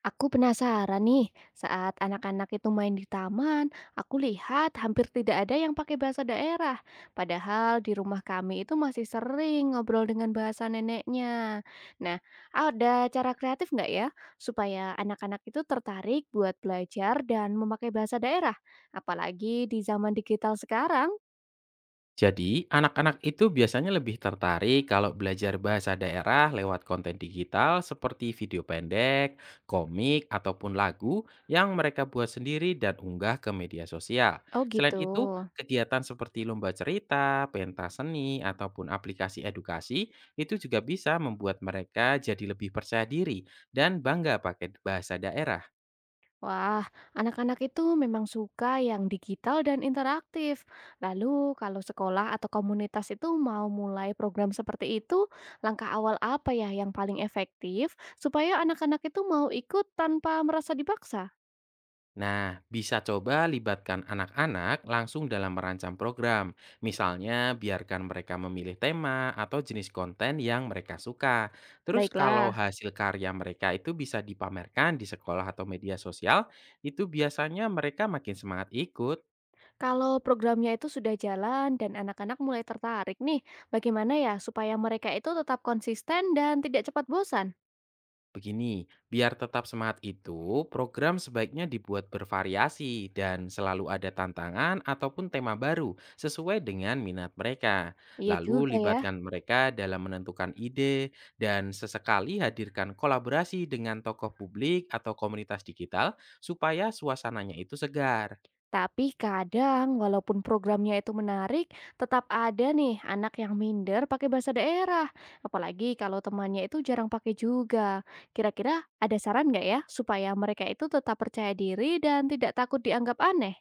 Aku penasaran nih, saat anak-anak itu main di taman, aku lihat hampir tidak ada yang pakai bahasa daerah. Padahal di rumah kami itu masih sering ngobrol dengan bahasa neneknya. Nah, ada cara kreatif nggak ya supaya anak-anak itu tertarik buat belajar dan memakai bahasa daerah? Apalagi di zaman digital sekarang. Jadi, anak-anak itu biasanya lebih tertarik kalau belajar bahasa daerah lewat konten digital seperti video pendek, komik, ataupun lagu yang mereka buat sendiri dan unggah ke media sosial. Oh Selain gitu. itu, kegiatan seperti lomba cerita, pentas seni, ataupun aplikasi edukasi itu juga bisa membuat mereka jadi lebih percaya diri dan bangga pakai bahasa daerah. Wah, anak-anak itu memang suka yang digital dan interaktif. Lalu, kalau sekolah atau komunitas itu mau mulai program seperti itu, langkah awal apa ya yang paling efektif supaya anak-anak itu mau ikut tanpa merasa dipaksa? Nah, bisa coba libatkan anak-anak langsung dalam merancang program. Misalnya, biarkan mereka memilih tema atau jenis konten yang mereka suka. Terus kalau Baiklah, hasil karya mereka itu bisa dipamerkan di sekolah atau media sosial, itu biasanya mereka makin semangat ikut. kalau programnya itu sudah jalan dan anak-anak mulai tertarik nih, bagaimana ya supaya mereka itu tetap konsisten dan tidak cepat bosan? Begini, biar tetap semangat itu, program sebaiknya dibuat bervariasi dan selalu ada tantangan ataupun tema baru sesuai dengan minat mereka. Iya juga Lalu ya. libatkan mereka dalam menentukan ide dan sesekali hadirkan kolaborasi dengan tokoh publik atau komunitas digital supaya suasananya itu segar. Tapi kadang walaupun programnya itu menarik, tetap ada nih anak yang minder pakai bahasa daerah. Apalagi kalau temannya itu jarang pakai juga. Kira-kira ada saran nggak ya supaya mereka itu tetap percaya diri dan tidak takut dianggap aneh?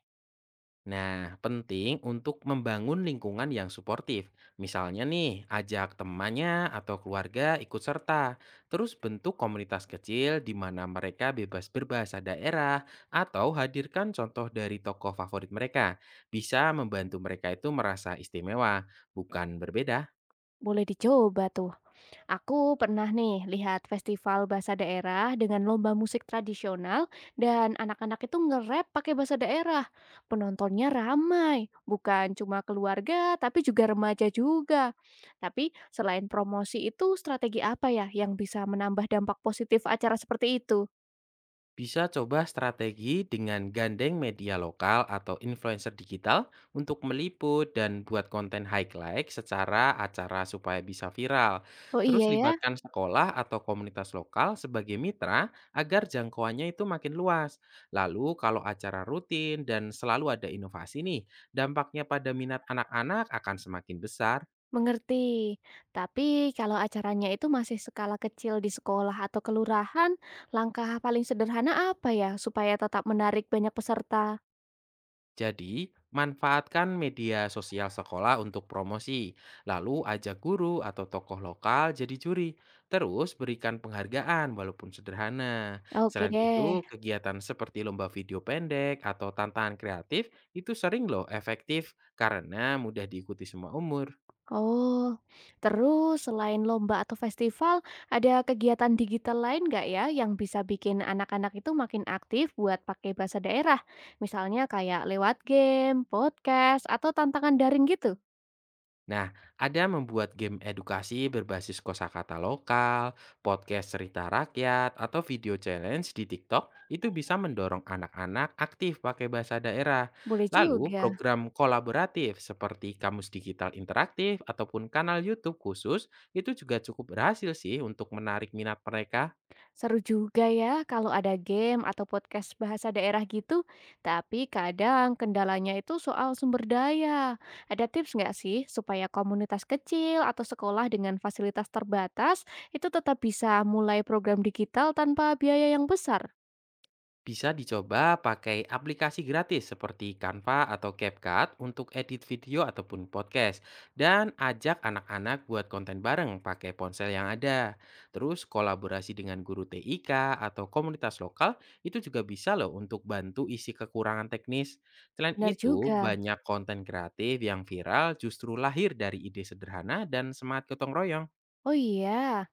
Nah, penting untuk membangun lingkungan yang suportif. Misalnya nih, ajak temannya atau keluarga ikut serta. Terus bentuk komunitas kecil di mana mereka bebas berbahasa daerah atau hadirkan contoh dari tokoh favorit mereka. Bisa membantu mereka itu merasa istimewa, bukan berbeda. Boleh dicoba tuh. Aku pernah nih lihat festival bahasa daerah dengan lomba musik tradisional dan anak-anak itu nge-rap pakai bahasa daerah. Penontonnya ramai, bukan cuma keluarga tapi juga remaja juga. Tapi selain promosi itu strategi apa ya yang bisa menambah dampak positif acara seperti itu? Bisa coba strategi dengan gandeng media lokal atau influencer digital untuk meliput dan buat konten highlight secara acara supaya bisa viral. Oh Terus iya ya, libatkan sekolah atau komunitas lokal sebagai mitra agar jangkauannya itu makin luas. Lalu kalau acara rutin dan selalu ada inovasi nih, dampaknya pada minat anak-anak akan semakin besar. mengerti. Tapi kalau acaranya itu masih skala kecil di sekolah atau kelurahan, langkah paling sederhana apa ya supaya tetap menarik banyak peserta? Jadi, manfaatkan media sosial sekolah untuk promosi, lalu ajak guru atau tokoh lokal jadi juri. Terus berikan penghargaan walaupun sederhana. Oke Selain deh. itu, kegiatan seperti lomba video pendek atau tantangan kreatif itu sering loh efektif karena mudah diikuti semua umur. Oh, terus selain lomba atau festival, ada kegiatan digital lain nggak ya yang bisa bikin anak-anak itu makin aktif buat pakai bahasa daerah? Misalnya kayak lewat game, podcast, atau tantangan daring gitu? Nah, ada membuat game edukasi berbasis kosakata lokal, podcast cerita rakyat, atau video challenge di TikTok itu bisa mendorong anak-anak aktif pakai bahasa daerah. Boleh Lalu, juga. program kolaboratif seperti Kamus Digital Interaktif ataupun kanal YouTube khusus itu juga cukup berhasil sih untuk menarik minat mereka. Seru juga ya kalau ada game atau podcast bahasa daerah gitu, tapi kadang kendalanya itu soal sumber daya. Ada tips nggak sih supaya komunitas kecil atau sekolah dengan fasilitas terbatas itu tetap bisa mulai program digital tanpa biaya yang besar? Bisa dicoba pakai aplikasi gratis seperti Canva atau CapCut untuk edit video ataupun podcast. Dan ajak anak-anak buat konten bareng pakai ponsel yang ada. Terus kolaborasi dengan guru TIK atau komunitas lokal itu juga bisa loh untuk bantu isi kekurangan teknis. Selain Benar itu, juga. banyak konten kreatif yang viral justru lahir dari ide sederhana dan semangat gotong royong. Oh iya.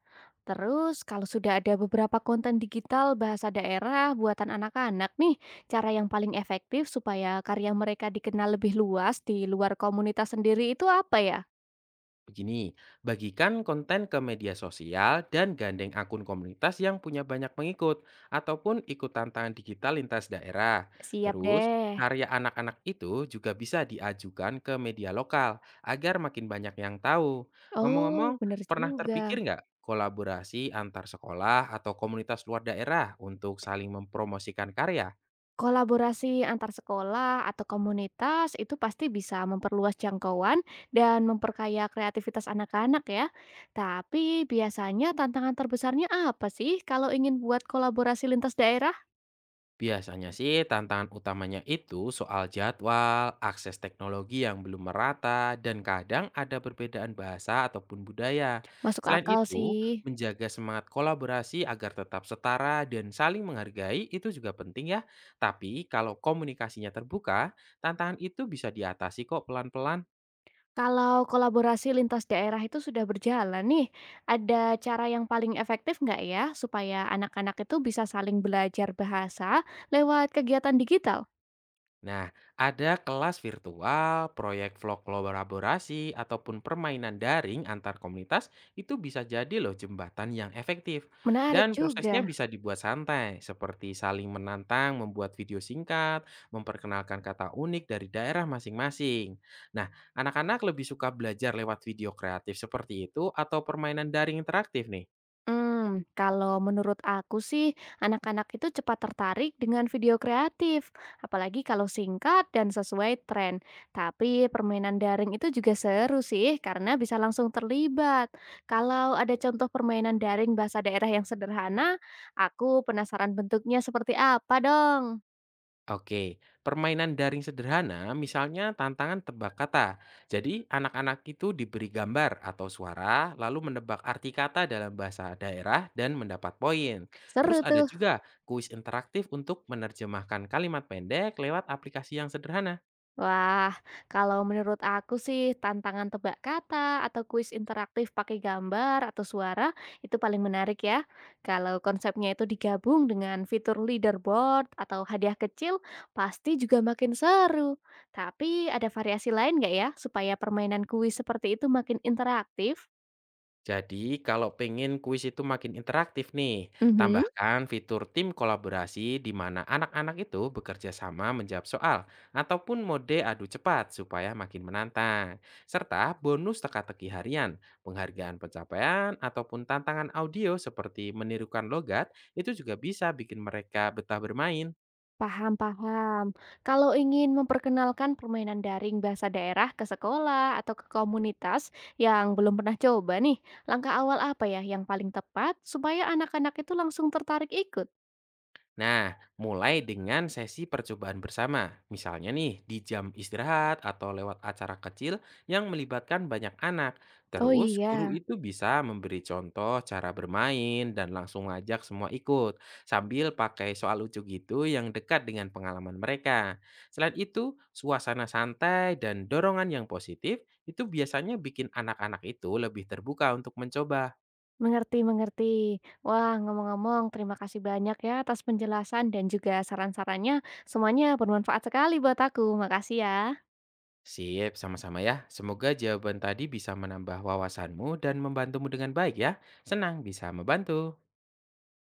Terus kalau sudah ada beberapa konten digital bahasa daerah buatan anak-anak nih, cara yang paling efektif supaya karya mereka dikenal lebih luas di luar komunitas sendiri itu apa ya? Begini, bagikan konten ke media sosial dan gandeng akun komunitas yang punya banyak pengikut ataupun ikut tantangan digital lintas daerah. Siap Terus, deh. karya anak-anak itu juga bisa diajukan ke media lokal agar makin banyak yang tahu. Oh, Ngomong-ngomong, bener pernah juga. terpikir nggak kolaborasi antar sekolah atau komunitas luar daerah untuk saling mempromosikan karya? Kolaborasi antar sekolah atau komunitas itu pasti bisa memperluas jangkauan dan memperkaya kreativitas anak-anak ya. Tapi biasanya tantangan terbesarnya apa sih kalau ingin buat kolaborasi lintas daerah? Biasanya sih tantangan utamanya itu soal jadwal, akses teknologi yang belum merata, dan kadang ada perbedaan bahasa ataupun budaya. Masuk Selain akal itu, sih. menjaga semangat kolaborasi agar tetap setara dan saling menghargai itu juga penting ya. Tapi kalau komunikasinya terbuka, tantangan itu bisa diatasi kok pelan-pelan. Kalau kolaborasi lintas daerah itu sudah berjalan nih, ada cara yang paling efektif nggak ya supaya anak-anak itu bisa saling belajar bahasa lewat kegiatan digital? Nah, ada kelas virtual, proyek vlog kolaborasi, ataupun permainan daring antar komunitas itu bisa jadi loh jembatan yang efektif. Menarik Dan juga. prosesnya bisa dibuat santai, seperti saling menantang, membuat video singkat, memperkenalkan kata unik dari daerah masing-masing. Nah, anak-anak lebih suka belajar lewat video kreatif seperti itu atau permainan daring interaktif nih? Hmm, kalau menurut aku sih, anak-anak itu cepat tertarik dengan video kreatif, apalagi kalau singkat dan sesuai tren. Tapi permainan daring itu juga seru sih, karena bisa langsung terlibat. Kalau ada contoh permainan daring bahasa daerah yang sederhana, aku penasaran bentuknya seperti apa dong. Oke, permainan daring sederhana misalnya tantangan tebak kata. Jadi anak-anak itu diberi gambar atau suara lalu menebak arti kata dalam bahasa daerah dan mendapat poin. Seru Terus ada tuh. juga kuis interaktif untuk menerjemahkan kalimat pendek lewat aplikasi yang sederhana. Wah, kalau menurut aku sih tantangan tebak kata atau kuis interaktif pakai gambar atau suara itu paling menarik ya. Kalau konsepnya itu digabung dengan fitur leaderboard atau hadiah kecil, pasti juga makin seru. Tapi ada variasi lain nggak ya supaya permainan kuis seperti itu makin interaktif? Jadi, kalau pengen kuis itu makin interaktif nih, Mhm. tambahkan fitur tim kolaborasi di mana anak-anak itu bekerja sama menjawab soal ataupun mode adu cepat supaya makin menantang. Serta bonus teka-teki harian, penghargaan pencapaian, ataupun tantangan audio seperti menirukan logat itu juga bisa bikin mereka betah bermain. Paham, paham. Kalau ingin memperkenalkan permainan daring bahasa daerah ke sekolah atau ke komunitas yang belum pernah coba nih, langkah awal apa ya yang paling tepat supaya anak-anak itu langsung tertarik ikut? Nah, mulai dengan sesi percobaan bersama. Misalnya nih, di jam istirahat atau lewat acara kecil yang melibatkan banyak anak. Oh Terus, guru iya, itu bisa memberi contoh cara bermain dan langsung ngajak semua ikut. Sambil pakai soal lucu gitu yang dekat dengan pengalaman mereka. Selain itu, suasana santai dan dorongan yang positif itu biasanya bikin anak-anak itu lebih terbuka untuk mencoba. mengerti, mengerti. Wah, ngomong-ngomong, terima kasih banyak ya atas penjelasan dan juga saran-sarannya. Semuanya bermanfaat sekali buat aku. Makasih ya. Sip, sama-sama ya. Semoga jawaban tadi bisa menambah wawasanmu dan membantumu dengan baik ya. Senang bisa membantu.